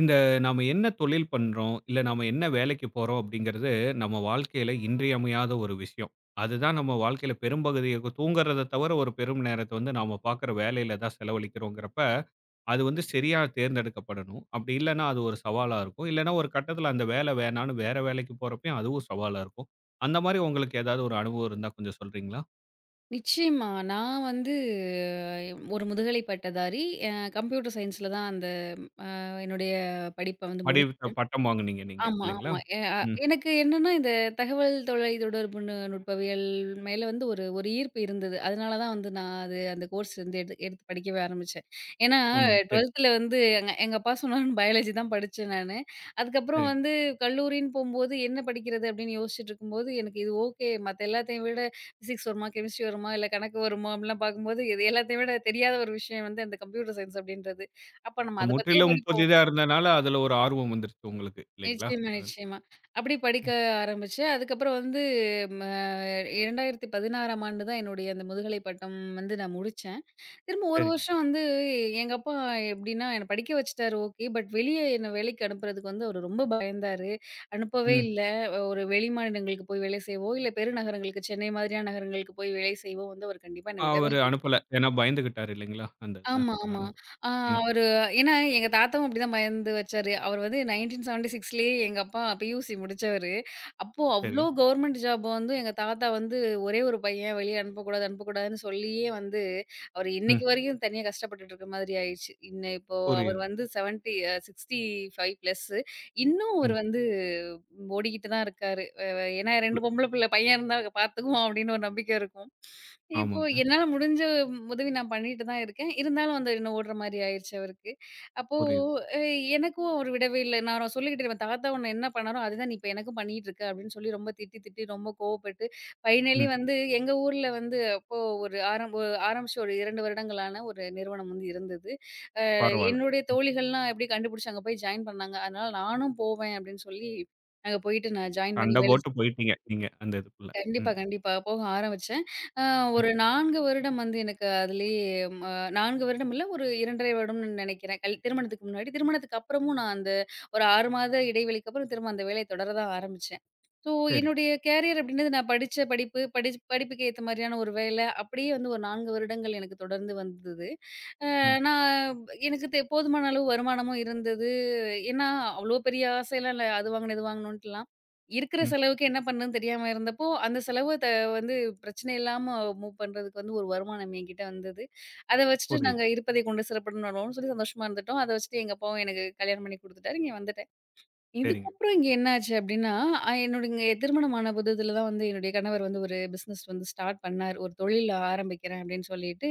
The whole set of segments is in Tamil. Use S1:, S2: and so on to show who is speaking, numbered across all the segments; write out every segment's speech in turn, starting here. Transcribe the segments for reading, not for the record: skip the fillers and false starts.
S1: இந்த நாம என்ன தொழில் பண்றோம், இல்ல நாம என்ன வேலைக்கு போறோம் அப்படிங்கிறது நம்ம வாழ்க்கையில இன்றியமையாத ஒரு விஷயம். அதுதான் நம்ம வாழ்க்கையில பெரும்பகுதிய தூங்குறத தவிர ஒரு பெரும் நேரத்த வந்து நாம பார்க்குற வேலையில தான் செலவழிக்கிறோங்கிறப்ப, அது வந்து சரியா தேர்ந்தெடுக்கப்படணும். அப்படி இல்லன்னா அது ஒரு சவாலா இருக்கும். இல்லன்னா ஒரு கட்டத்தில அந்த வேலை வேணான்னு வேற வேலைக்கு போறப்பயும் அதுவும் சவாலா இருக்கும். அந்த மாரி உங்களுக்கு ஏதாவது ஒரு அனுபவம் இருந்தா கொஞ்சம் சொல்றீங்களா?
S2: நிச்சயமா. நான் வந்து ஒரு முதுகலை பட்டதாரி. அ கம்ப்யூட்டர் சயின்ஸ்ல தான் அந்த என்னுடைய படிப்ப வந்து
S1: படி
S2: முடிச்சேன்.
S1: பட்டம் வாங்குனீங்க நீங்க
S2: ஆமா,
S1: இல்லைங்களா?
S2: ஆமா. எ அ
S1: ம்,
S2: எனக்கு என்னன்னா, இந்த தகவல் தொலை தொடர்பு நுட்பவியல் மேல வந்து ஒரு ஒரு ஈர்ப்பு இருந்தது. அதனால தான் வந்து நான் அது அந்த கோர்ஸ் வந்து எடுத்து படிக்கவே ஆரம்பிச்சேன். ஏன்னா
S1: ம். சரி,
S2: 12ல வந்து எங்க எங்க அப்பா சொன்னாருன்னு பயாலஜி தான் படிச்சேன் நானு. அதுக்கப்புறம்
S1: சரி.
S2: வந்து கல்லூரின்னு போம்போது என்ன படிக்கிறது அப்படின்னு யோசிச்சுட்டு இருக்கும்போது, எனக்கு இது ஓகே. மத்த எல்லாத்தையும் விட பிசிக்ஸ் வருமா, கெமிஸ்ட்ரி வருமா, இல்ல கணக்கு வருமா அப்படிலாம் பார்க்கும்போது, இது எல்லாத்தையும் விட தெரியாத ஒரு விஷயம் வந்து அந்த கம்ப்யூட்டர் சயின்ஸ் அப்படின்றது. அப்ப நம்ம அத பத்தியே
S1: முற்றிலும்
S2: படிப்போம்.
S1: புதிதா இருந்தனால, அதுல ஒரு ஆர்வம் வந்துருச்சு உங்களுக்கு இல்லைங்களா?
S2: நிச்சயமா,
S1: அதுல.
S2: நிச்சயமா. அப்படி படிக்க
S1: ம்.
S2: ஆரம்பிச்சேன். அதுக்கப்புறம் வந்து ம 2016ஆம் ஆண்டு தான் என்னுடைய அந்த முதுகலை பட்டம் வந்து நான் முடிச்சேன். திரும்ப ஒரு
S1: சரிங்க.
S2: வருஷம் வந்து எங்க அப்பா எப்படின்னா, என்ன படிக்க வச்சுட்டாரு ஓகே. பட் வெளிய என்ன வேலைக்கு அனுப்புறதுக்கு வந்து அவரு ரொம்ப பயந்தாரு. அனுப்பவே
S1: ம்.
S2: இல்ல. ஒரு வெளி மாநிலங்களுக்கு போய் வேலை செய்வோம், இல்ல பெருநகரங்களுக்கு சென்னை மாதிரியான நகரங்களுக்கு போய் வேலை செய்வோம் வந்து அவர் கண்டிப்பா என்ன விடவே
S1: அவரு அனுப்பல. ஏன்னா பயந்துகிட்டாரு இல்லைங்களா? அந்த இதுல
S2: ஆமா,
S1: உங்கள
S2: ஆமா.
S1: அனுப்ப
S2: ஆ
S1: ம்.
S2: அவரு ஏன்னா எங்க தாத்தாவும் அப்படிதான் பயந்து வச்சாரு. அவர் வந்து 1976லயே எங்க அப்பா பியூசி முடிச்சவரு. அப்போ அவ்ளோ
S1: சரிங்க.
S2: கவர்மெண்ட் ஜாப் வந்து எங்க தாத்தா வந்து ஒரே ஒரு பையன் வெளிய அனுப்பக்கூடாது, அனுப்பக்கூடாதுன்னு சொல்லியே வந்து அவரு
S1: ம்.
S2: இன்னைக்கு வரைக்கும் தனியா கஷ்டப்பட்டுட்டு இருக்க மாதிரி ஆயிருச்சு. இப்போ அவர்
S1: புரியுது.
S2: வந்து 70 65 பிளஸ். இன்னும் அவரு
S1: ம்.
S2: வந்து ஓடிக்கிட்டு தான் இருக்காரு. ஏன்னா
S1: பு
S2: 2 பொம்பள பிள்ளை பையன் இருந்தா பாத்துக்குவோம் அப்படின்னு ஒரு நம்பிக்கை இருக்கும். இப்போ
S1: ஆமாங்க.
S2: என்னால முடிஞ்ச உதவி நான் பண்ணிட்டு தான் இருக்கேன். இருந்தாலும் வந்து என்ன ஓடுற மாரி ஆயிருச்சு அவருக்கு. அப்போ
S1: புரியுது.
S2: அ எனக்கும் அவர் விடவே இல்ல. நான் அவர சொல்லிக்கிட்டே இருப்பேன். "தாத்தா உன்ன என்ன பண்ணாரோ, அதுதான் நீ இப்ப எனக்கும் பண்ணிட்டு இருக்க" அப்படின்னு சொல்லி ரொம்ப திட்டி, திட்டி ரொம்ப கோவப்பட்டு, ஃபைனலி
S1: ம்.
S2: வந்து எங்க ஊர்ல வந்து அப்போ ஒரு ஆரம்பிச்சு ஒரு 2 வருடங்களான ஒரு நிறுவனம் வந்து இருந்தது. அ
S1: பரவால்ல.
S2: என்னுடைய தோழிகள்லாம் எப்படி கண்டுபிடிச்சு அங்க போய் ஜாயின் பண்ணாங்க. அதனால நானும் போவேன் அப்படின்னு சொல்லி, அங்க போயிட்டு நான் ஜாயின் பண்ணி
S1: சண்ட
S2: வேலை
S1: போட்டு போயிட்டீங்க நீங்க அந்த இதுக்குள்ள.
S2: கண்டிப்பா,
S1: ம்.
S2: கண்டிப்பா. போக ஆரம்பிச்சேன். அ
S1: ம்.
S2: ஒரு 4 வருடம் வந்து எனக்கு அதுலயே ம 4 வருடம் இல்ல, ஒரு 2 1/2 வருடம்னு நெனைக்கிறேன். திருமணத்துக்கு முன்னாடி. திருமணத்துக்கு அப்புறமும் நான் அந்த ஒரு 6 மாத இடைவெளிக்கு அப்புறம் திரும்ப அந்த வேலைய தொடர தான் ஆரம்பிச்சேன். ஸோ
S1: சரிங்க.
S2: என்னுடைய கேரியர் அப்டின்றது நான் படிச்ச படிப்பு, படிப்புக்கு ஏத்த மாரியான ஒரு வேல, அப்டியே வந்து ஒரு 4 வருடங்கள் எனக்கு தொடர்ந்து வந்தது. அ
S1: ம்.
S2: நான் எனக்கு போதுமான அளவு வருமானமும் இருந்தது. ஏன்னா, அவ்ளோ பெரிய ஆசைலாம் இல்ல. அது வாங்கணும், இது வாங்கணுன்ட்டுலாம். இருக்கிற
S1: ம்.
S2: செலவுக்கு என்ன பண்ணணும்னு தெரியாம இருந்தப்போ, அந்த செலவ த வந்து பிரச்சனை இல்லாம மூவ் பண்றதுக்கு வந்து ஒரு வருமானம் என்கிட்ட வந்தது. அத வச்சுட்டு
S1: புரியுது.
S2: நாங்க இருப்பதை கொண்டு சிறப்புடன் வாழ்வோம்னு சொல்லி சந்தோஷமா இருந்துட்டோம். அத வச்சுட்டு எங்க அப்பாவும் எனக்கு கல்யாணம் பண்ணி குடுத்துட்டாரு. இங்க வந்துட்டேன்.
S1: சரிங்க.
S2: இதுக்கப்புறம் இங்க என்ன ஆச்சு அப்படின்னா, என்னோட இங்க திருமணம் ஆன புதிதுல தான் வந்து என்னுடைய கணவர் வந்து ஒரு பிசினஸ் வந்து ஸ்டார்ட் பண்ணாரு. ஒரு தொழில் ஆரம்பிக்கிறேன் அப்படின்னு சொல்லிட்டு.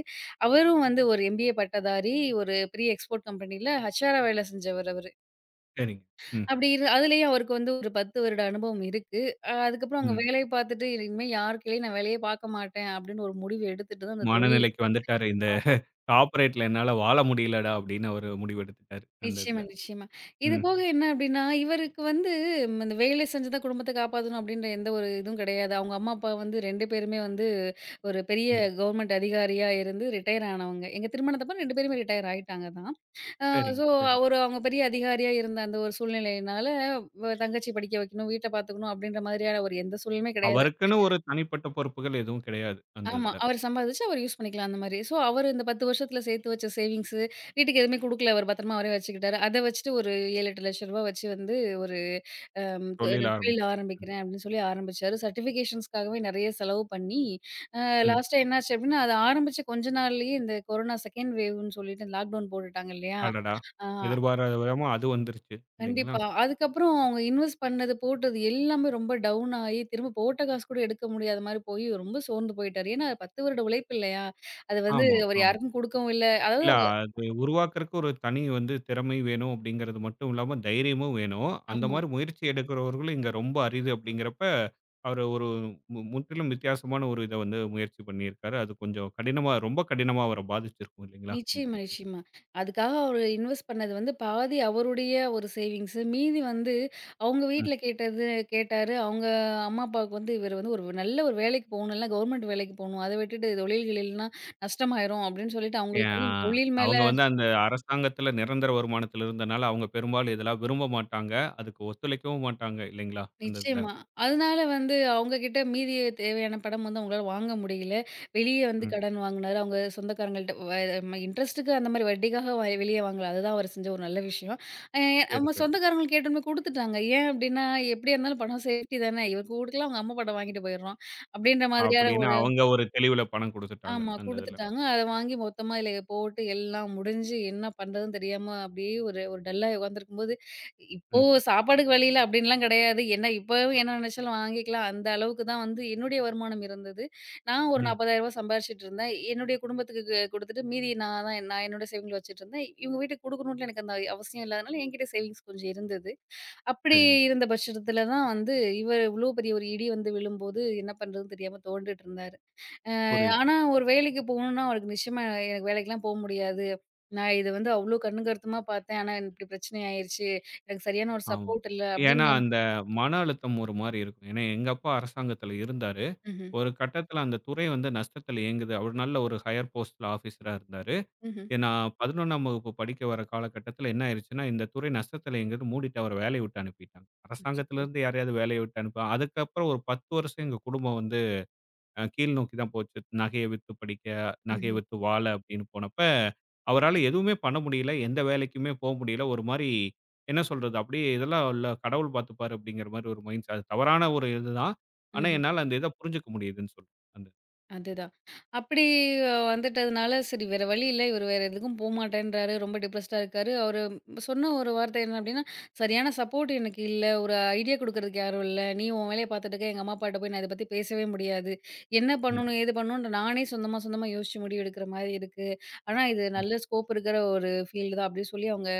S2: அவரும் வந்து ஒரு எம்பிஏ பட்டதாரி, ஒரு பெரிய எக்ஸ்போர்ட் கம்பெனில ஹச்ஆரா வேலை செஞ்சவர் அவரு.
S1: சரிங்க. ம்.
S2: அப்படி இரு அதிலேயே அவருக்கு வந்து ஒரு 10 வருட அனுபவம் இருக்கு. அதுக்கப்புறம் அங்க
S1: ம்.
S2: வேலைய பார்த்துட்டு, இனிமே யார் கீழயும் நான் வேலையே பார்க்க மாட்டேன் அப்படின்னு ஒரு முடிவு எடுத்துட்டு தான் அந்த தொழில்.
S1: மனநிலைக்கு வந்துட்டாரு. இந்த கார்ப்பரேட்ல என்னால வாழ முடியலடா! அப்படின்னு அவரு முடிவெடுத்துட்டாரு அந்த
S2: நிச்சயமா,
S1: இதுல.
S2: நிச்சயமா. இது
S1: ம்.
S2: போக என்ன அப்டின்னா, இவருக்கு வந்து இந்த வேலை செஞ்சு தான் குடும்பத்த காப்பாத்தணும் அப்டின்ற எந்த ஒரு இதுவும் கிடையாது. அவங்க அம்மா, அப்பா வந்து 2 பேருமே வந்து ஒரு பெரிய
S1: ம்.
S2: கவர்மெண்ட் அதிகாரியா இருந்து ரிட்டயர் ஆனவங்க. எங்க திருமணத்தப்ப 2 பேருமே ரிட்டயர் ஆயிட்டாங்க தான். அ
S1: சரிங்க.
S2: ஸோ
S1: சரிங்க.
S2: ஒரு அவங்க பெரிய அதிகாரியா இருந்த அந்த ஒரு சூழ்நிலையினால, தங்கச்சி படிக்க வைக்கணும், வீட்ட பாத்துக்கணும் அப்டின்ற மாதிரியான ஒரு எந்த சூழலுமே கிடையாது.
S1: அவருக்குன்னு ஒரு தனிப்பட்ட பொறுப்புகள் எதுவும் கிடையாது அந்த
S2: ஆமா.
S1: இதுல.
S2: அவரு சம்பாதிச்சு அவரு யூஸ் பண்ணிக்கலாம் அந்த மாரி. ஸோ, அவரு இந்த 10 வருஷத்துல சேர்த்து வச்ச சேவிங்ஸு வீட்டுக்கு எதுவுமே குடுக்கல. அவரு பத்திரமா அவரே வச்சுக்கிட்டாரு. அத வச்சுட்டு ஒரு ரூ. 7, 8 லட்ச ரூபாய் வச்சு வந்து ஒரு அம் தொ
S1: தொழில்
S2: நான் தொழில்
S1: ஆரம்பிச்சாரு.
S2: ஆரம்பிக்கிறேன் அப்படின்னு சொல்லி ஆரம்பிச்சாரு. சர்டிஃபிகேஷன்ஸ்க்காகவே நெறைய செலவு பண்ணி, அ
S1: ம்.
S2: லாஸ்ட்டா என்னாச்சு அப்படின்னா, அது ஆரம்பிச்ச கொஞ்ச நாள்லயே இந்த கொரோனா செகண்ட் வேவ்ன்னு சொல்லிட்டு லாக்டவுன் போட்டுட்டாங்க இல்லையா?
S1: அடடா!
S2: அ
S1: எதிர்பாராத விதமா அது வந்துருச்சு இல்லைங்களா?
S2: கண்டிப்பா. அதுக்கப்புறம் அவங்க இன்வெஸ்ட் பண்ணது, போட்டது எல்லாமே ரொம்ப டவுன் ஆயி, திரும்ப போட்ட காசு கூட எடுக்க முடியாத மாரி போயி, ரொம்ப சோர்ந்து போயிட்டாரு. ஏன்னா 10 வருட உழைப்பு இல்லையா? அது வந்து
S1: ஆமா,
S2: அவரு
S1: ஆமா.
S2: யாருக்கும் குடுக்கவும் இல்ல. அதாவது
S1: இல்ல
S2: அவங்க
S1: அது உருவாக்குறக்கு ஒரு தனி வந்து திறமை வேணும் அப்படிங்கிறது மட்டும் இல்லாம தைரியமும் வேணும். அந்த
S2: ஆமா.
S1: மாரி முயற்சி எடுக்கிறவர்களும் இங்க ரொம்ப அரிது அப்படிங்கிறப்ப, அவரு ஒரு முற்றிலும் வித்தியாசமான ஒரு இத வந்து முயற்சி பண்ணியிருக்காரு. அது கொஞ்சம் கடினமா ரொம்ப கடினமா அவர பாதிச்சிருக்கும் இல்லைங்களா?
S2: நிச்சயமா, நிச்சயமா. அதுக்காக அவரு இன்வெஸ்ட் பண்ணது வந்து பாதி அவருடைய ஒரு சேவிங்ஸு. மீதி வந்து அவங்க வீட்ல கேட்டாரு. அவங்க அம்மா, அப்பாவுக்கு வந்து இவரு வந்து ஒரு நல்ல ஒரு வேலைக்கு போகணும். இல்ல கவர்மெண்ட் வேலைக்கு போணும். அத விட்டுட்டு தொழில் கிழில்னா நஷ்டமாயிரும் அப்படின்னு சொல்லிட்டு
S1: ஏ
S2: அவங்களுக்கு
S1: ஆ
S2: வந்து தொழில் மேல.
S1: அவங்க வந்து அந்த அரசாங்கத்தில நிரந்தர வருமானத்தில இருந்தனால, அவங்க பெரும்பாலும் இதெல்லாம் விரும்ப மாட்டாங்க. அதுக்கு ஒத்துழைக்கவும் மாட்டாங்க இல்லைங்களா? அந்த இதுல.
S2: நிச்சயமா. அதனால வந்து அவங்க கிட்ட மீதி தேவையான பணம் வந்து அவங்களால வாங்க முடியல. வெளிய வந்து
S1: ம்.
S2: கடன் வாங்குனாரு. அவங்க சொந்தக்காரங்கள்ட்ட இன்ட்ரெஸ்ட்டுக்கு அந்த மாரி வட்டிக்காக வெளிய வாங்கல. அதுதான் அவர் செஞ்ச ஒரு நல்ல விஷயம். அ
S1: சரி,
S2: அவங்க
S1: சரி.
S2: சொந்தக்காரங்களுக்கு கேட்டோனே குடுத்துட்டாங்க. ஏன் அப்டின்னா, எப்டியா இருந்தாலும் பணம் சேஃப்டி தானே. இவருக்கு குடுக்கலாம், அவங்க அம்மா படம் வாங்கிட்டு போயிடுறோம். அப்டின்ற மாதிரியான
S1: அப்படின்னு
S2: ஒரு
S1: அவங்க ஒரு தெளிவுல பணம் குடுத்துட்டாங்க.
S2: ஆமா.
S1: அந்த இதுல.
S2: குடுத்துட்டாங்க. அத வாங்கி மொத்தமா இதுல போட்டு எல்லாம் முடிஞ்சு என்ன பண்றதுன்னு தெரியாம அப்படியே ஒரு ஒரு டல்லா உட்காந்துருக்கும்போது, இப்போ
S1: ம்,
S2: சாப்பாடுக்கு வழி இல்ல அப்படின்லாம் கிடையாது. என்ன இப்பவும் என்ன நினைச்சாலும் வாங்கிக்கலாம். அந்த அளவுக்கு தான் வந்து என்னுடைய வருமானம் இருந்தது. நான் ஒரு ரூ.
S1: ம்.
S2: 40,000 சம்பாரிச்சுட்டு இருந்தேன். என்னுடைய குடும்பத்துக்கு குடுத்துட்டு மீதி நான் என்னோட சேவிங்ல வச்சுட்டு இருந்தேன். இவங்க வீட்டுக்கு குடுக்கணும்ன்ட்டு எனக்கு அந்த அவசியம் இல்லாதனால என்கிட்ட சேவிங்ஸ் கொஞ்சம் இருந்தது. அப்படி
S1: சரிங்க.
S2: இருந்த பட்சத்துல தான் வந்து இவர் இவ்ளோ பெரிய ஒரு இடி வந்து விழும்போது என்ன பண்றதுன்னு தெரியாம துவண்டுட்டு இருந்தாரு.
S1: புரியுது.
S2: ஆனா, ஒரு வேலைக்கு போகணும்னா அவருக்கு நிச்சயமா எனக்கு வேலைக்கெல்லாம் போ முடியாது. நான் இது வந்து அவ்ளோ கண்ணும் கருத்துமா பார்த்தேன். ஆனா இப்படி பிரச்சனை ஆயிருச்சு. எனக்கு சரியான ஒரு
S1: ஆமா.
S2: சப்போர்ட் இல்ல
S1: ஏன்னா,
S2: அப்படின்னு
S1: அந்த மன அழுத்தம் ஒரு மாரி இருக்கும். ஏன்னா, எங்க அப்பா அரசாங்கத்தில இருந்தாரு.
S2: ம்ஹ்ம்,
S1: ஒரு கட்டத்தில அந்த துறை வந்து நஷ்டத்தில இயங்குது. அவரு நல்ல ஒரு ஹையர் போஸ்ட்ல ஆஃபீஸரா இருந்தாரு.
S2: ம்ஹ்ம்.
S1: ஏன்னா 11ஆம் வகுப்பு படிக்க வர காலகட்டத்தில என்ன ஆயிருச்சுன்னா, இந்த துறை நஷ்டத்திலங்கிறது மூடிட்டு அவர வேலைய விட்டு அனுப்பிட்டாங்க.
S2: அச்சச்சோ!
S1: அரசாங்கத்திலருந்து யாரையாவது வேலைய விட்டு அனுப்ப அதுக்கப்புறம் ஒரு 10 வருஷம் எங்க குடும்பம் வந்து அ கீழ் நோக்கி தான் போச்சு. நகைய வித்து படிக்க, நகைய
S2: ம்ஹ்ம்,
S1: வித்து வாழ அப்படின்னு போனப்ப, அவரால எதுவுமே பண்ண முடியல. எந்த வேலைக்குமே போ முடியல. ஒரு மாரி என்ன சொல்றது? அப்படியே இதெல்லாம் இல்ல கடவுள் பார்த்துப்பாரு அப்படிங்கிற மாரி ஒரு மைண்ட் அது தவறான ஒரு இதுதான். ஆனா
S2: ம்ஹ்ம்.
S1: என்னால அந்த இத புரிஞ்சுக்க முடியுதுன்னு சொல்றேன். அந்த
S2: அதுதான். அப்படி வந்துட்டதுனால, சரி வேற வழி இல்ல. இவரு வேற எதுக்கும் போமாட்டேன்றாரு. ரொம்ப டிப்ரஸ்டா இருக்காரு. அவரு சொன்ன ஒரு வார்த்தை என்ன அப்படின்னா, "சரியான சப்போர்ட் எனக்கு இல்ல. ஒரு ஐடியா குடுக்குறதுக்கு யாரும் இல்ல. நீ உன் வேலைய பார்த்துட்டு இருக்க. எங்க அம்மா, அப்பாட்ட போய் நான் இத பத்தி பேசவே முடியாது. என்ன
S1: ம்,
S2: பண்ணணும்? ஏது பண்ணணும்னு நானே சொந்தமா, சொந்தமா யோசிச்சு முடிவு எடுக்கிற மாரி இருக்கு. ஆனா, இது
S1: ம்.
S2: நல்ல ஸ்கோப் இருக்கிற ஒரு ஃபீல்டு தான்" அப்படின்னு சொல்லி அவங்க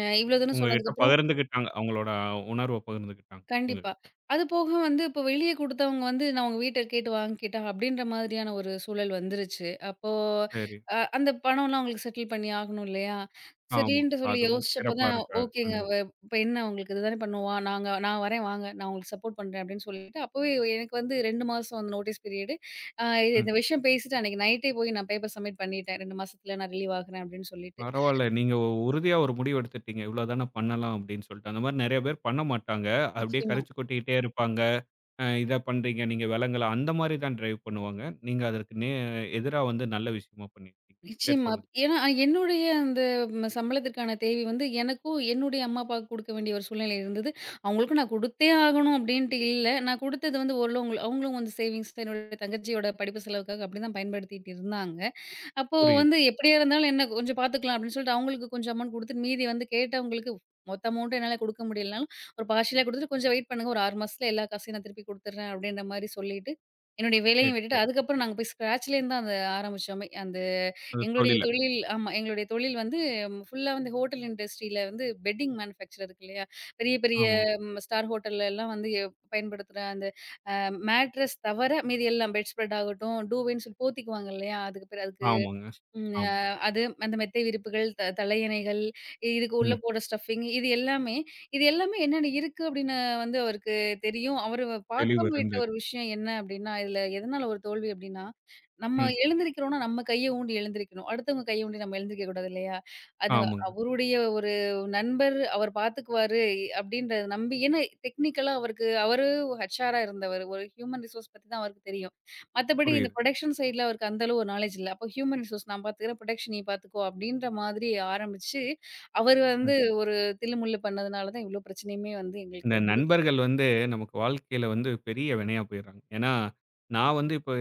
S2: இவ்வளோ தூரம்
S1: உங்ககிட்ட
S2: சொன்னதுக்கப்புறம்
S1: பகிர்ந்துக்கிட்டாங்க. அவங்களோட உணர்வ பகிர்ந்துக்கிட்டாங்க.
S2: கண்டிப்பா.
S1: உங்ககிட்ட.
S2: அது போக வந்து இப்போ வெளிய குடுத்தவங்க வந்து நான் உங்க வீட்ட கேட்டு வாங்கிக்கிட்டா அப்டின்ற மாதிரியான ஒரு சூழல் வந்துருச்சு. அப்போ
S1: சரி.
S2: அந்த பணம்லாம் உங்களுக்கு செட்டில் பண்ணி ஆகணும் இல்லையா?
S1: ஆமா.
S2: சரின்ட்டு சொல்லி
S1: அதுவும்
S2: யோசிச்சப்ப
S1: சிறப்பா
S2: தான்
S1: இருக்காது.
S2: ஓகேங்க
S1: அந்த இது.
S2: இப்ப என்ன உங்களுக்கு இது தானே பண்ணுவான். நான் வரேன் வாங்க. நான் உங்களுக்கு சப்போர்ட் பண்றேன் அப்டின்னு சொல்லிட்டு அப்பவே எனக்கு வந்து 2 மாசம் அந்த நோட்டீஸ் பீரியடு. அ
S1: ம்.
S2: இந்த விஷயம் பேசிட்டு அன்னைக்கு நைட்டே போய் நான் பேப்பர் சப்மிட் பண்ணிட்டேன். 2 மாசத்துல நான் ரிலீவ் ஆகுறேன் அப்டின்னு சொல்லிட்டு.
S1: பரவால்ல. நீங்க உறுதியா ஒரு முடிவு எடுத்துட்டீங்க. இவ்ளோ தான பண்ணலாம் அப்படின்னு சொல்லிட்டு. அந்த மாரி நெறைய பேர் பண்ண மாட்டாங்க. அப்படியே
S2: நிச்சயமா.
S1: கரைச்சு கொட்டிக்கிட்டே இருப்பாங்க. அ இத பண்றீங்க, நீங்க விலங்கல அந்த மாரி தான் டிரைவ் பண்ணுவாங்க. நீங்க அதற்கு எதிரா வந்து நல்ல விஷயமா பண்ணியிருக்கீங்க. சரி
S2: நிச்சயமா.
S1: சொல்லுங்க.
S2: ஏன்னா என்னுடைய அந்த சம்பளத்திற்கான தேவை வந்து எனக்கும், என்னுடைய அம்மா, அப்பாவுக்கு கொடுக்க வேண்டிய ஒரு சூழ்நிலை இருந்தது. அவங்களுக்கும் நான் கொடுத்தே ஆகணும் அப்படின்ட்டு இல்ல. நான் கொடுத்தது வந்து ஓரளவு அவங்களும் அவங்களும் வந்து சேவிங்ஸ் என்னோட தங்கச்சியோட படிப்பு செலவுக்காக அப்படிதான் பயன்படுத்திட்டு இருந்தாங்க. அப்போ
S1: புரியுது.
S2: வந்து எப்படியா இருந்தாலும் என்ன கொஞ்சம் பார்த்துக்கலாம் அப்படின்னு சொல்லிட்டு அவங்களுக்கு கொஞ்சம் அமௌண்ட் குடுத்துட்டு, மீதி வந்து கேட்டவங்களுக்கு மொத்த அமௌண்ட்டும் என்னால குடுக்க முடியலனாலும், ஒரு பார்ஷியலா குடுத்துட்டு கொஞ்சம் வெயிட் பண்ணுங்க. ஒரு 6 மாசத்துல எல்லா காசையும் நான் திருப்பி குடுத்துடுறேன் அப்படின்ற மாரி சொல்லிட்டு, என்னுடைய வேலையும்
S1: சரி,
S2: விட்டுட்டு
S1: சரி.
S2: அதுக்கப்புறம் நாங்க போய் ஸ்க்ராட்ச்லேருந்து தான் அத ஆரம்பிச்சோமே. அந்த
S1: அது
S2: எங்களுடைய
S1: தொழில.
S2: தொழில் ஆமா. எங்களுடைய தொழில் வந்து ஃபுல்லா வந்து ஹோட்டல் இண்டஸ்ட்ரியில வந்து பெட்டிங் மேனுஃபேக்சர் இருக்கு இல்லையா? பெரிய பெரிய
S1: ஆமாங்க.
S2: ஸ்டார் ஹோட்டல்ல எல்லாம் வந்து பயன்படுத்துற அந்த அ மேட்ரஸ் தவிர மீதி எல்லாம் பெட் ஸ்ப்ரெட் ஆகட்டும், டூவேன்னு சொல்லி போத்திக்குவாங்க இல்லையா? அதுக்கு
S1: ஆமாங்க.
S2: ம்.
S1: ஆமா.
S2: அது அந்த மெத்தை விரிப்புகள், தலையணைகள், இதுக்கு உள்ள
S1: ம்.
S2: போடுற ஸ்டஃபிங் இது எல்லாமே. இது எல்லாமே என்னென்ன இருக்கு அப்படின்னு வந்து அவருக்கு தெரியும். அவரு
S1: தெளிவு
S2: பார்க்காம விட்ட
S1: இருந்தது.
S2: ஒரு விஷயம் என்ன அப்படின்னா, இதுல எதனால ஒரு தோல்வி அப்படின்னா, நம்ம
S1: ம்.
S2: எழுந்திரிக்கிறோம்னா நம்ம கைய ஊண்டி எழுந்திரிக்கணும். அடுத்தவங்க கைய ஊண்டி நம்ம எழுந்திரிக்க கூடாது இல்லையா? அது
S1: ஆமாங்க.
S2: அவருடைய ஒரு நண்பர் அவர் பார்த்துக்குவாரு அப்படின்றத நம்பி ஏன்னா டெக்னிக்கலா அவரு ஹெச்ஆரா இருந்தவர். ஒரு ஹியூமன் ரிசோர்ஸ் பத்தி தான் அவருக்கு தெரியும். மத்தபடி இந்த
S1: புரியுது.
S2: புரொடக்ஷன் சைட்ல அவருக்கு அந்த அளவு ஒரு நாலேட்ஜ் இல்ல. அப்போ ஹியூமன் ரிசோர்ஸ் நான் பார்த்துக்கிறேன், புரொடக்ஷன் நீ பார்த்துக்கோ அப்படின்ற மாதிரி ஆரம்பிச்சு, அவரு
S1: ம்.
S2: வந்து ஒரு தில்லு முல்லு பண்ணதுனால தான் இவ்ளோ பிரச்சனையுமே வந்து எங்களுக்கு
S1: இந்த
S2: வந்தது.
S1: நண்பர்கள் வந்து நமக்கு வாழ்க்கையில வந்து பெரிய வினையா போயிடுறாங்க. ஏன்னா, நான் வந்து இப்ப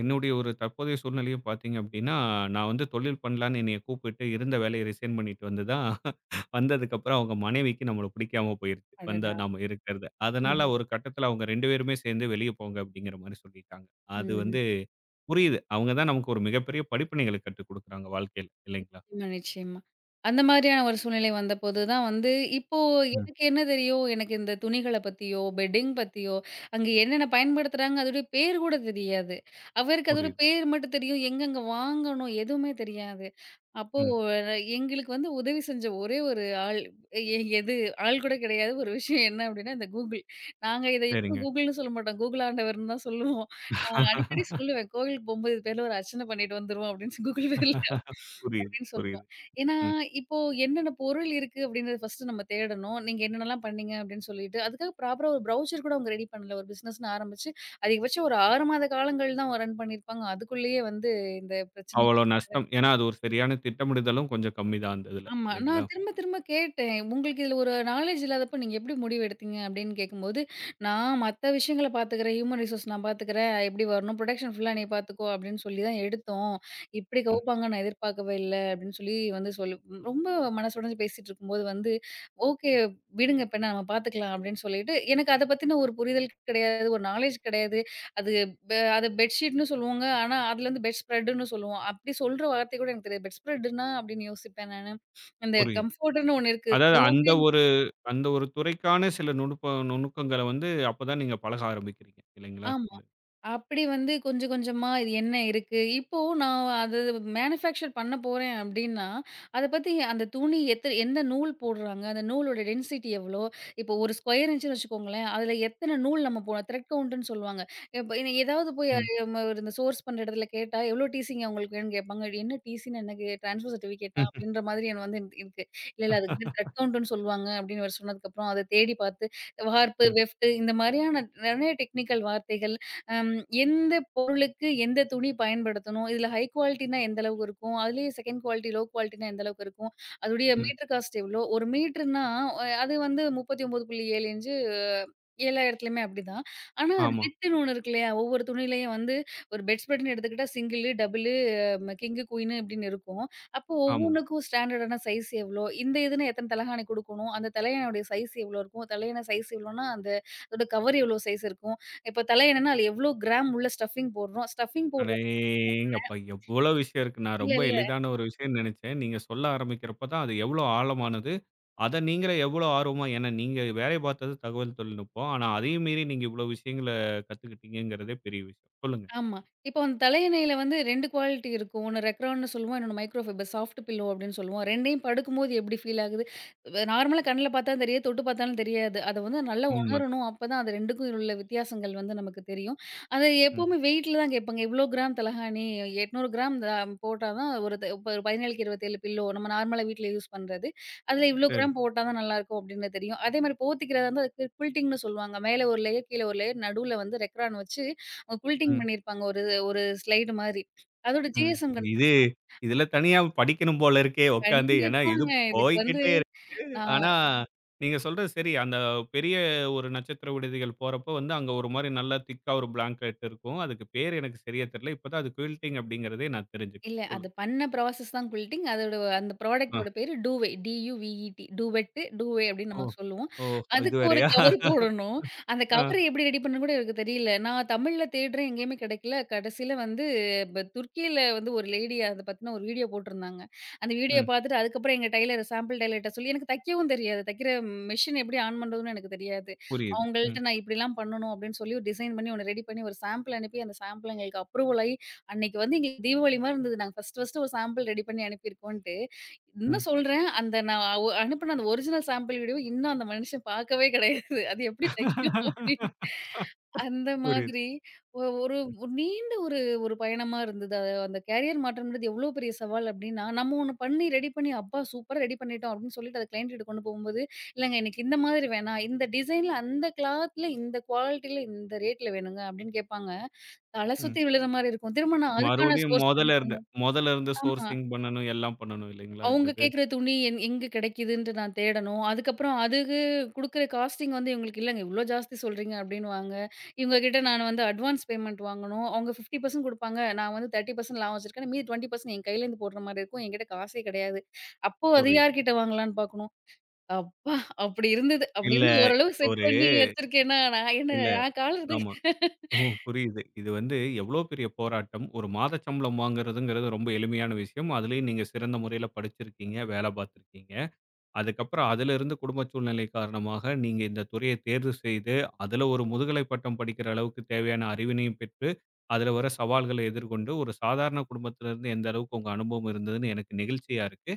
S1: என்னுடைய ஒரு தற்போதைய சூழ்நிலையும் பார்த்தீங்க அப்படின்னா, நான் வந்து தொழில் பண்ணலான்னு என்னைய கூப்பிட்டு இருந்த வேலையை ரிசைன் பண்ணிட்டு வந்து தான் வந்ததுக்கப்புறம் அவங்க மனைவிக்கு நம்மள பிடிக்காம போயிருச்சு. வந்தா
S2: அடடா!
S1: நாம இருக்கிறது. அதனால
S2: ம்ஹ்ம்.
S1: ஒரு கட்டத்தில அவங்க 2 பேருமே சேர்ந்து வெளிய போங்க அப்படிங்கிற மாரி சொல்லிட்டாங்க. அது
S2: ம்.
S1: வந்து புரியுது. அவங்க தான் நமக்கு ஒரு மிகப்பெரிய படிப்பினைகள கத்துக் குடுக்குறாங்க வாழ்க்கையில இல்லைங்களா?
S2: நிச்சயமா, நிச்சயமா. அந்த மாதிரியான ஒரு சூழ்நிலை வந்தபோது தான் வந்து, இப்போ
S1: ம்.
S2: எனக்கு என்ன தெரியும்? எனக்கு இந்த துணிகள பத்தியோ, பெட்டிங் பத்தியோ, அங்கே என்னென்ன பயன்படுத்துறாங்க? அதோடைய பேர் கூட தெரியாது. அவருக்கு அதோட
S1: புரியுது.
S2: பேர் மட்டும் தெரியும். எங்கெங்க வாங்கணும்? எதுவுமே தெரியாது. அப்போ
S1: ம்.
S2: எங்களுக்கு வந்து உதவி செஞ்ச ஒரே ஒரு ஆள் எ எது ஆள் கூட கிடையாது. ஒரு விஷயம் என்ன அப்டின்னா, இந்த Google. நாங்க இத எப்போ
S1: சரிங்க.
S2: Googleன்னு சொல்ல மாட்டோம். Google ஆண்டவர்ன்னு தான் சொல்லுவோம். நான் அடிக்கடி சொல்லுவேன். கோவிலுக்கு போம்போது இது பேர்ல ஒரு அர்ச்சனை பண்ணிட்டு வந்துருவோம் அப்டின்னு Google பேர்ல.
S1: புரியுது,
S2: அப்படின்னு
S1: புரியுது.
S2: சொல்லுவோம். ஏன்னா,
S1: ம்.
S2: இப்போ என்னென்ன பொருள் இருக்கு அப்படின்றத ஃபர்ஸ்ட்டு நம்ம தேடணும். நீங்க என்னென்னலாம் பண்ணீங்க அப்படின்னு சொல்லிட்டு, அதுக்காக ப்ராப்பரா ஒரு ப்ரௌச்சர் கூட அவங்க ரெடி பண்ணல. ஒரு பிசினஸ்ன்னு ஆரம்பிச்சு, அதிகபட்சம் ஒரு 6 மாத காலங்கள் தான் ரன் பண்ணியிருப்பாங்க. அதுக்குள்ளேயே வந்து இந்த பிரச்சனை.
S1: அவ்வளோ நஷ்டம். ஏன்னா, அது ஒரு சரியான திட்டமிடுதலும் கொஞ்சம் கம்மி தான் அந்த இதுல.
S2: ஆமா.
S1: இல்லைங்களா?
S2: நான் திரும்ப திரும்ப கேட்டேன். "உங்களுக்கு இதுல ஒரு நாலேட்ஜ் இல்லாதப்போ நீங்க எப்படி முடிவு எடுத்தீங்க?" அப்படின்னு கேட்கும்போது, "நான் மத்த விஷயங்கள பாத்துக்கிறேன். ஹியூமன் ரிசோர்ஸ் நான் பாத்துக்கிறேன். எப்படி வரணும் புரொடக்ஷன் ஃபுல்லா நீ பாத்துக்கோ" அப்படின்னு சொல்லி தான் எடுத்தோம். இப்படி
S1: ம்.
S2: கவுப்பாங்க நான் எதிர்பார்க்கவே இல்ல அப்படின்னு சொல்லி வந்து சொல்லு ம் ரொம்ப மனசொடைஞ்சு பேசிட்டு இருக்கும்போது வந்து, "ஓகே விடுங்க இப்ப என்ன நம்ம பாத்துக்கலாம்" அப்படின்னு சொல்லிட்டு எனக்கு அத பத்தின ஒரு புரிதல் கிடையாது. ஒரு நாலேட்ஜ் கிடையாது. அது அத பெட்ஷீட்ன்னு சொல்லுவோங்க. ஆனா அதுல வந்து பெட் ஸ்ப்ரெடுன்னு சொல்லுவோம். அப்படி சொல்ற வார்த்தை கூட எனக்கு தெரியாது. பெட் ஸ்ப்ரெடுன்னா அப்படின்னு யோசிப்பேன் நானு. அந்த
S1: புரியுது.
S2: கம்ஃபோர்ட்ன்னு ஒண்ணு இருக்கு.
S1: அதாவது அந்த
S2: டோவே.
S1: ஒரு அந்த ஒரு துறைக்கான சில நுணுப்ப நுணுக்கங்கள வந்து அப்பதான் நீங்க பழக ஆரம்பிக்கிறீங்க. இல்லைங்களா?
S2: ஆமா.
S1: இந்த
S2: அப்படி வந்து கொஞ்சம் கொஞ்சமா இது என்ன இருக்கு? இப்போ நான் அது மேனுஃபேக்சர் பண்ண போறேன் அப்படின்னா, அத பத்தி அந்த துணி எந்த நூல் போடுறாங்க? அந்த நூலோட டென்சிட்டி எவ்வளோ? இப்போ ஒரு ஸ்கொயர் இன்ச்சுன்னு வச்சுக்கோங்களேன். அதுல எத்தன நூல் நம்ம போடணும்? த்ரெட் கவுண்ட்ன்னு சொல்லுவாங்க. இப்ப ஏதாவது போய்
S1: ம்.
S2: ம ஒரு இந்த சோர்ஸ் பண்ற இடத்துல கேட்டா, "எவ்வளோ டீசிங்க உங்களுக்கு வேணும்னு?" கேட்பாங்க. இது "என்ன டீசின்னு எனக்கு ட்ரான்ஸ்ஃபர் சர்டிஃபிகேட்டா?"
S1: ம்.
S2: அப்படின்ற மாதிரி எனக்கு வந்து இருக்கு. இல்ல, இல்ல அதுக்கு பேர் த்ரெட் கவுண்ட்ன்னு சொல்லுவாங்க அப்படின்னு இவரு சொன்னதுக்கப்புறம் அத தேடி பாத்து வார்ப்பு,
S1: ம்.
S2: வெஃப்ட் இந்த மாரியான நெறைய டெக்னிக்கல் வார்த்தைகள். அம் எந்த பொருளுக்கு எந்த துணி பயன்படுத்தணும்? இதுல ஹை குவாலிட்டினா எந்த அளவுக்கு இருக்கும்? அதுலயும் செகண்ட் குவாலிட்டி, லோ குவாலிட்டினா எந்த அளவுக்கு இருக்கும்? அதோடைய
S1: ம்.
S2: மீட்டர் காஸ்ட் எவ்ளோ? 1 மீட்டர்னா அது வந்து 39.7 இன்ச். எல்லா இடத்துலயுமே அப்படிதான். ஆனா, அது
S1: ஆமா,
S2: வித்துன்னு ஒண்ணு இருக்கு இல்லையா? ஒவ்வொரு துணியிலயும் வந்து ஒரு பெட்ஸ்பெட்ன்னு எடுத்துக்கிட்டா சிங்கிளு, டபுளு, கிங்கு, குயினு இப்படின்னு இருக்கும். அப்போ
S1: ஆமாங்க.
S2: ஒவ்வொன்னுக்கும் ஸ்டாண்டர்டான சைஸ் எவ்வளோ? இந்த இதுனா எத்தன தலகாணி குடுக்கணும்? அந்த தலையணையோட சைஸ் எவ்வளோ இருக்கும்? தலையணை சைஸ் எவ்வளோன்னா, அந்த அதோட கவர் எவ்வளோ சைஸ் இருக்கும்? இப்ப தலையணைன்னா, அதுல எவ்வளோ கிராம் உள்ள ஸ்டஃபிங் போடுறோம்? ஸ்டஃபிங் போடுற
S1: அடேங்கப்பா! எவ்வளோ விஷயம் இருக்கு. நான்
S2: இல்ல,
S1: ரொம்ப
S2: இல்ல.
S1: எளிதான ஒரு விஷயம்னு நெனச்சேன். நீங்க சொல்ல ஆரம்பிக்கிறப்ப தான் அது எவ்வளோ ஆழமானது. அத நீங்களே எவ்வளோ ஆர்வமா ஏன்னா நீங்க வேலை பார்த்தது தகவல் தொழில்நுட்பம். ஆனா அதையும் மீறி நீங்க இவ்வளோ விஷயங்கள கத்துக்கிட்டீங்கங்கிறதே பெரிய விஷயம். சொல்லுங்க.
S2: ஆமா. இப்போ அந்த தலையணையில வந்து 2 குவாலிட்டி இருக்கும். ஒண்ணு ரெக்ரான்னு சொல்லுவோம். இன்னொன்னு மைக்ரோ ஃபைபர் சாஃப்ட் பில்லோ அப்படின்னு சொல்லுவோம். 2யும் படுக்கும்போது எப்படி ஃபீல் ஆகுது? நார்மலா கண்ல பார்த்தா தெரியாது, தொட்டு பார்த்தாலும் தெரியாது. அத வந்து நல்லா
S1: உண்மதான்.
S2: உணரணும். அப்பதான் அது 2க்கும் உள்ள வித்தியாசங்கள் வந்து நமக்கு தெரியும். அத
S1: ம்.
S2: எப்பவுமே வெயிட்ல தான் கேட்பாங்க. இவ்ளோ கிராம் தலகாணி, 800 கிராம் த போட்டா தான் ஒரு த இப்ப 17க்கு 27 பில்லோ நம்ம நார்மலா வீட்ல யூஸ் பண்றது. அதுல ம். இவ்ளோ
S1: சரி.
S2: கிராம் போட்டா தான் நல்லாயிருக்கும் அப்படின்னு தெரியும். அதே மாரி போத்திக்கிறதா இருந்தா அதுக்கு கில்ட்டிங்ன்னு சொல்லுவாங்க. மேல ஒரு லேயர், கீழ ஒரு லேயர், நடுவுல வந்து ரெக்ரான் வச்சு புல்டிங்
S1: ம்,
S2: பண்ணியிருப்பாங்க. ஒரு ஒரு ஸ்லைடு மாரி. அதோட
S1: ம்.
S2: ஜிஎஸ்எம்.
S1: இது இதுல தனியா படிக்கணும் போல இருக்கே உட்காந்து. ஏன்னா இது
S2: கண்டிப்பாங்க. இதுக்கு வந்து
S1: போய்க்கிட்டே இருக்கு.
S2: நான்
S1: ஆனா, நீங்க சொல்றது சரி. அந்த பெரிய ஒரு நட்சத்திர விடுதிகள் போறப்போ வந்து அங்க ஒரு மாரி நல்லா திக்கா ஒரு பிளாங்கெட் இருக்கும். அதுக்கு பேர் எனக்கு சரியா தெரியல. இப்ப தான் அது குயில்டிங் அப்படிங்கிறதே நான் தெரிஞ்சுக்கிறேன்.
S2: இல்ல. அது
S1: சொல்லுங்க.
S2: பண்ண ப்ராசஸ் தான் கில்ட்டிங். அதோட அந்த
S1: அ.
S2: ப்ராடக்ட்டோட பேரு டூவே. டி-யு-வி-இ-டி. டூவெட்டு, டூவே அப்டின்னு
S1: ஓ!
S2: நம்ம சொல்லுவோம்.
S1: ஓ! இது
S2: அதுக்கு ஒரு
S1: வேறையா?
S2: கவர் போடணும். அந்த
S1: அ.
S2: கவர எப்படி ரெடி பண்ணணும்னு கூட எனக்கு தெரியல. நான் தமிழ்ல தேடுறேன், எங்கேயுமே கிடைக்கல. கடைசில வந்து துர்க்கியில வந்து ஒரு லேடி அத பத்தின ஒரு வீடியோ போட்டிருந்தாங்க. அந்த வீடியோ
S1: ம்.
S2: பார்த்துட்டு அதுக்கப்புறம் எங்க டெய்லர் சாம்பிள் டெய்லர்ட்ட சொல்லி எனக்கு தைக்கவும் தெரியாது. தைக்கிற மெஷின் எப்படி ஆன் பண்றதுன்னு எனக்கு தெரியாது.
S1: புரியுது. ம்.
S2: அவங்கள்ட்ட நான் இப்படிலாம் பண்ணணும் அப்படின்னு சொல்லி ஒரு டிசைன் பண்ணி ஒண்ணு ரெடி பண்ணி ஒரு சாம்பிள் அனுப்பி, அந்த சாம்பிள் எங்களுக்கு அப்ரூவல் ஆயி அன்னைக்கு வந்து எங்களுக்கு தீபாவளி மாரி இருந்தது. நாங்க ஃபர்ஸ்ட்டு ஒரு சாம்பிள் ரெடி பண்ணி அனுப்பியிருக்கோன்ட்டு.
S1: ம்.
S2: இன்னும் சொல்றேன், அந்த நான் ஒ அனுப்புன அந்த ஒரிஜினல் சாம்பிள் வீடியோ இன்னும் அந்த மனுஷன் பார்க்கவே கிடையாது. அது எப்படி தைக்கணும் அப்படின்னு. அந்த
S1: புரியுது.
S2: மாதிரி ஒ ஒரு ஒரு நீண்ட ஒரு ஒரு பயணமா இருந்தது. அந்த கேரியர் மாற்றம்ன்றது எவ்ளோ பெரிய சவால் அப்படின்னா, நம்ம ஒண்ணு பண்ணி ரெடி பண்ணி, "அப்பா சூப்பரா ரெடி பண்ணிட்டோம்" அப்படின்னு சொல்லிட்டு அத கிளையண்ட் கிட்ட கொண்டு போகும்போது, "இல்லங்க எனக்கு இந்த மாதிரி வேணாம். இந்த டிசைன்ல, அந்த கிளாத்ல, இந்த குவாலிட்டில, இந்த ரேட்ல வேணுங்க" அப்படின்னு கேட்பாங்க. தல
S1: ம்.
S2: சுத்தி விழுற மாரி இருக்கும். திரும்ப நான் அதுக்கான
S1: மறுபடியும்
S2: சோர்ஸ் ரெடி
S1: மொதல்ல இருந்து
S2: பண்ணணும்.
S1: மொதல்ல இருந்து
S2: ஆமா.
S1: சோர்சிங் பண்ணணும், எல்லாம் பண்ணணும் இல்லைங்களா? இந்த
S2: அவுங்க
S1: இது.
S2: கேட்கிற துணி எங்க கிடைக்குதுன்ட்டு நான் தேடணும். அதுக்கப்புறம் அதுக்கு குடுக்குற காஸ்டிங் வந்து இவங்களுக்கு இல்லங்க இவ்ளோ ஜாஸ்தி சொல்றீங்க அப்டின்னுவாங்க. இவங்க கிட்ட நான் வந்து அட்வான்ஸ் பேமெண்ட் வாங்கணும். அவுங்க 50% குடுப்பாங்க. நான் வந்து 30% லாபம் வச்சிருக்கேன். மீதி 20% என் கையிலேருந்து போடுற மாரி இருக்கும். என்கிட்ட காசே கிடையாது. அப்போ அது
S1: புரியுது.
S2: யார்கிட்ட வாங்கலான்னு பார்க்கணும். அப்பா! அப்டி இருந்தது. அப்டி
S1: இல்ல.
S2: இருந்து ஓரளவு செட்
S1: ஒரு
S2: பண்ணி வச்சிருக்கேன்னா,
S1: இல்ல.
S2: நான் காலத்துக்கு
S1: ஆமா. ம். புரியுது. இது வந்து எவ்ளோ பெரிய போராட்டம். ஒரு மாத சம்பளம் வாங்குறதுங்கிறது ரொம்ப எளிமையான விஷயம். அதுலயும் நீங்க சிறந்த முறையில படிச்சிருக்கீங்க, வேல பார்த்துருக்கீங்க. அதுக்கப்புறம் அதிலிருந்து குடும்ப சூழ்நிலை காரணமாக நீங்க இந்த துறைய தேர்வு செய்து, அதுல ஒரு முதுகலை பட்டம் படிக்கிற அளவுக்கு தேவையான அறிவினையும் பெற்று, அதுல வர சவால்கள எதிர்கொண்டு ஒரு சாதாரண குடும்பத்திலிருந்து எந்த அளவுக்கு உங்க அனுபவம் இருந்ததுன்னு எனக்கு நெகிழ்ச்சியா இருக்கு.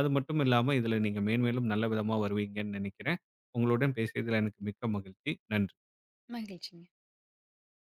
S1: அது மட்டும் இல்லாம இதுல நீங்க மேன்மேலும் நல்ல விதமா வருவீங்கன்னு நெனைக்கிறேன். உங்களுடன் பேசியதுல எனக்கு மிக்க மகிழ்ச்சி. நன்றி.
S2: மகிழ்ச்சிங்க.